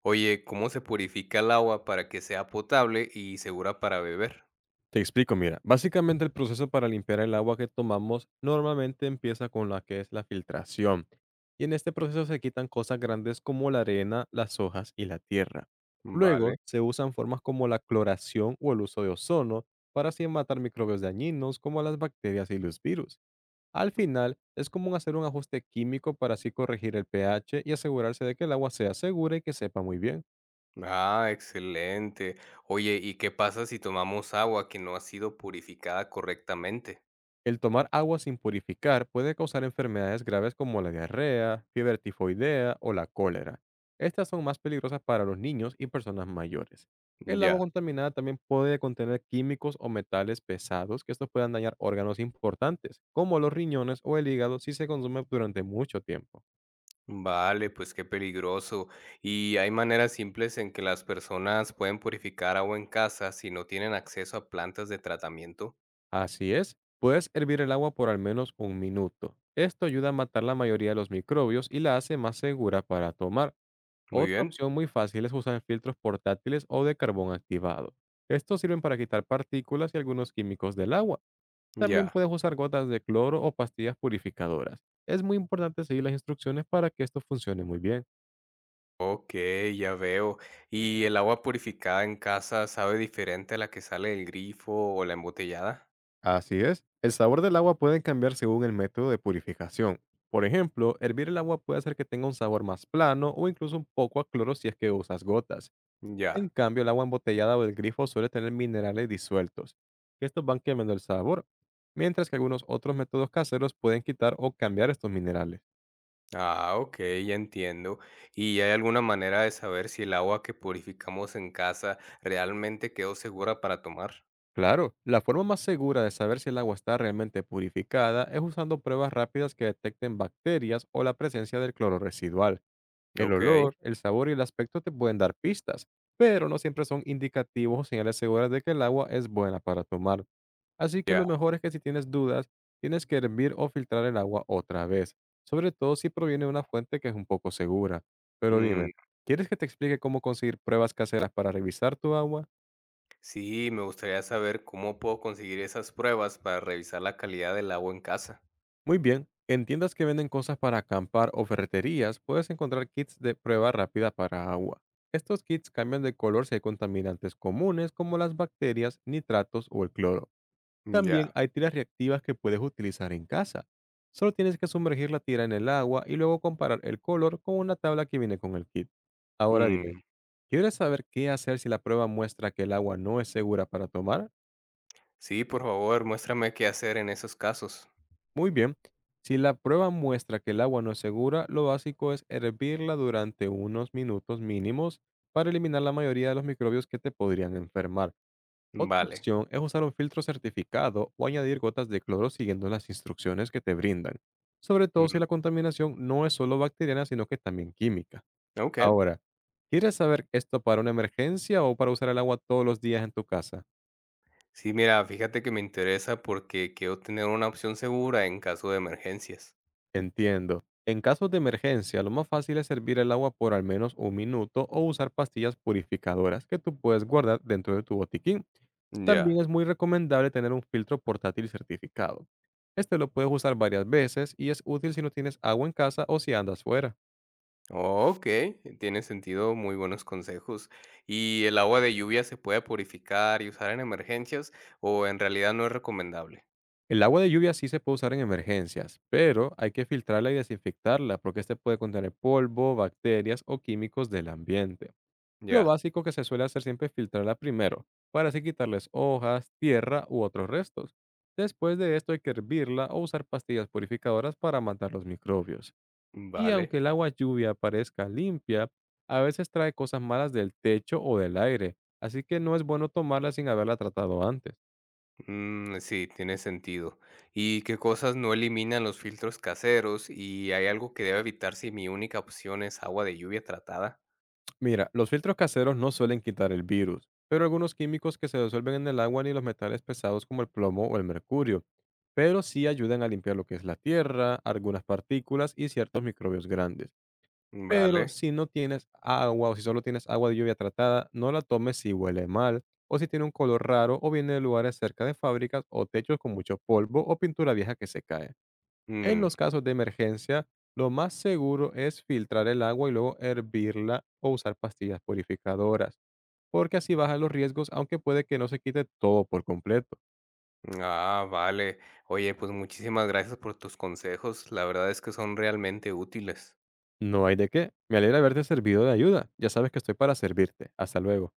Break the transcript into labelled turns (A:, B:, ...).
A: Oye, ¿cómo se purifica el agua para que sea potable y segura para beber?
B: Te explico, mira, básicamente el proceso para limpiar el agua que tomamos normalmente empieza con la que es la filtración, y en este proceso se quitan cosas grandes como la arena, las hojas y la tierra. Luego
A: Vale.
B: se usan formas como la cloración o el uso de ozono para así matar microbios dañinos como las bacterias y los virus. Al final, es común hacer un ajuste químico para así corregir el pH y asegurarse de que el agua sea segura y que sepa muy bien.
A: Ah, excelente. Oye, ¿y qué pasa si tomamos agua que no ha sido purificada correctamente?
B: El tomar agua sin purificar puede causar enfermedades graves como la diarrea, fiebre tifoidea o la cólera. Estas son más peligrosas para los niños y personas mayores. El agua
A: Ya.
B: contaminada también puede contener químicos o metales pesados que estos puedan dañar órganos importantes, como los riñones o el hígado si se consume durante mucho tiempo.
A: Vale, pues qué peligroso. ¿Y hay maneras simples en que las personas pueden purificar agua en casa si no tienen acceso a plantas de tratamiento?
B: Así es, puedes hervir el agua por al menos un minuto. Esto ayuda a matar la mayoría de los microbios y la hace más segura para tomar.
A: Muy
B: Otra
A: bien.
B: opción muy fácil es usar filtros portátiles o de carbón activado. Estos sirven para quitar partículas y algunos químicos del agua. También
A: Ya.
B: puedes usar gotas de cloro o pastillas purificadoras. Es muy importante seguir las instrucciones para que esto funcione muy bien.
A: Ok, ya veo. ¿Y el agua purificada en casa sabe diferente a la que sale del grifo o la embotellada?
B: Así es, el sabor del agua puede cambiar según el método de purificación. Por ejemplo, hervir el agua puede hacer que tenga un sabor más plano o incluso un poco a cloro si es que usas gotas. En
A: Ya.
B: cambio, el agua embotellada o del grifo suele tener minerales disueltos, que estos van quemando el sabor, mientras que algunos otros métodos caseros pueden quitar o cambiar estos minerales.
A: Ah, ok, ya entiendo. ¿Y hay alguna manera de saber si el agua que purificamos en casa realmente quedó segura para tomar?
B: Claro, la forma más segura de saber si el agua está realmente purificada es usando pruebas rápidas que detecten bacterias o la presencia del cloro residual. El
A: Ok,
B: olor, el sabor y el aspecto te pueden dar pistas, pero no siempre son indicativos o señales seguras de que el agua es buena para tomar. Así que
A: ya.
B: lo mejor es que si tienes dudas, tienes que hervir o filtrar el agua otra vez, sobre todo si proviene de una fuente que es un poco segura. Pero dime,
A: Mm,
B: ¿quieres que te explique cómo conseguir pruebas caseras para revisar tu agua?
A: sí, me gustaría saber cómo puedo conseguir esas pruebas para revisar la calidad del agua en casa.
B: Muy bien, en tiendas que venden cosas para acampar o ferreterías puedes encontrar kits de prueba rápida para agua. Estos kits cambian de color si hay contaminantes comunes como las bacterias, nitratos o el cloro. También
A: Ya.
B: hay tiras reactivas que puedes utilizar en casa. Solo tienes que sumergir la tira en el agua y luego comparar el color con una tabla que viene con el kit. Ahora dime,
A: Mm,
B: ¿quieres saber qué hacer si la prueba muestra que el agua no es segura para tomar?
A: sí, por favor, muéstrame qué hacer en esos casos.
B: Muy bien. Si la prueba muestra que el agua no es segura, lo básico es hervirla durante unos minutos mínimos para eliminar la mayoría de los microbios que te podrían enfermar. Otra
A: Vale.
B: opción es usar un filtro certificado o añadir gotas de cloro siguiendo las instrucciones que te brindan, sobre todo si
A: Mm,
B: la contaminación no es solo bacteriana, sino que también química.
A: ok.
B: Ahora, ¿quieres saber esto para una emergencia o para usar el agua todos los días en tu casa?
A: Sí, mira, fíjate que me interesa porque quiero tener una opción segura en caso de emergencias.
B: Entiendo. En casos de emergencia, lo más fácil es servir el agua por al menos un minuto o usar pastillas purificadoras que tú puedes guardar dentro de tu botiquín. También
A: Ya.
B: es muy recomendable tener un filtro portátil certificado. Este lo puedes usar varias veces y es útil si no tienes agua en casa o si andas fuera.
A: Ok, tiene sentido, muy buenos consejos. ¿Y el agua de lluvia se puede purificar y usar en emergencias o en realidad no es recomendable?
B: El agua de lluvia sí se puede usar en emergencias, pero hay que filtrarla y desinfectarla porque este puede contener polvo, bacterias o químicos del ambiente. Lo
A: Ya,
B: básico que se suele hacer siempre es filtrarla primero, para así quitarles hojas, tierra u otros restos. Después de esto hay que hervirla o usar pastillas purificadoras para matar los microbios. Y aunque
A: vale.
B: el agua lluvia parezca limpia, a veces trae cosas malas del techo o del aire, así que no es bueno tomarla sin haberla tratado antes.
A: Mm, sí, tiene sentido. ¿Y qué cosas no eliminan los filtros caseros y hay algo que debe evitar si mi única opción es agua de lluvia tratada?
B: Mira, los filtros caseros no suelen quitar el virus, pero algunos químicos que se disuelven en el agua ni los metales pesados como el plomo o el mercurio, pero sí ayudan a limpiar lo que es la tierra, algunas partículas y ciertos microbios grandes. Pero
A: Vale.
B: si no tienes agua, o si solo tienes agua de lluvia tratada, no la tomes si huele mal, o si tiene un color raro, o viene de lugares cerca de fábricas o techos con mucho polvo o pintura vieja que se cae. En
A: Mm,
B: los casos de emergencia, lo más seguro es filtrar el agua y luego hervirla o usar pastillas purificadoras, porque así bajan los riesgos, aunque puede que no se quite todo por completo.
A: ah, vale. Oye, pues muchísimas gracias por tus consejos. La verdad es que son realmente útiles.
B: No hay de qué. Me alegra haberte servido de ayuda. Ya sabes que estoy para servirte. Hasta luego.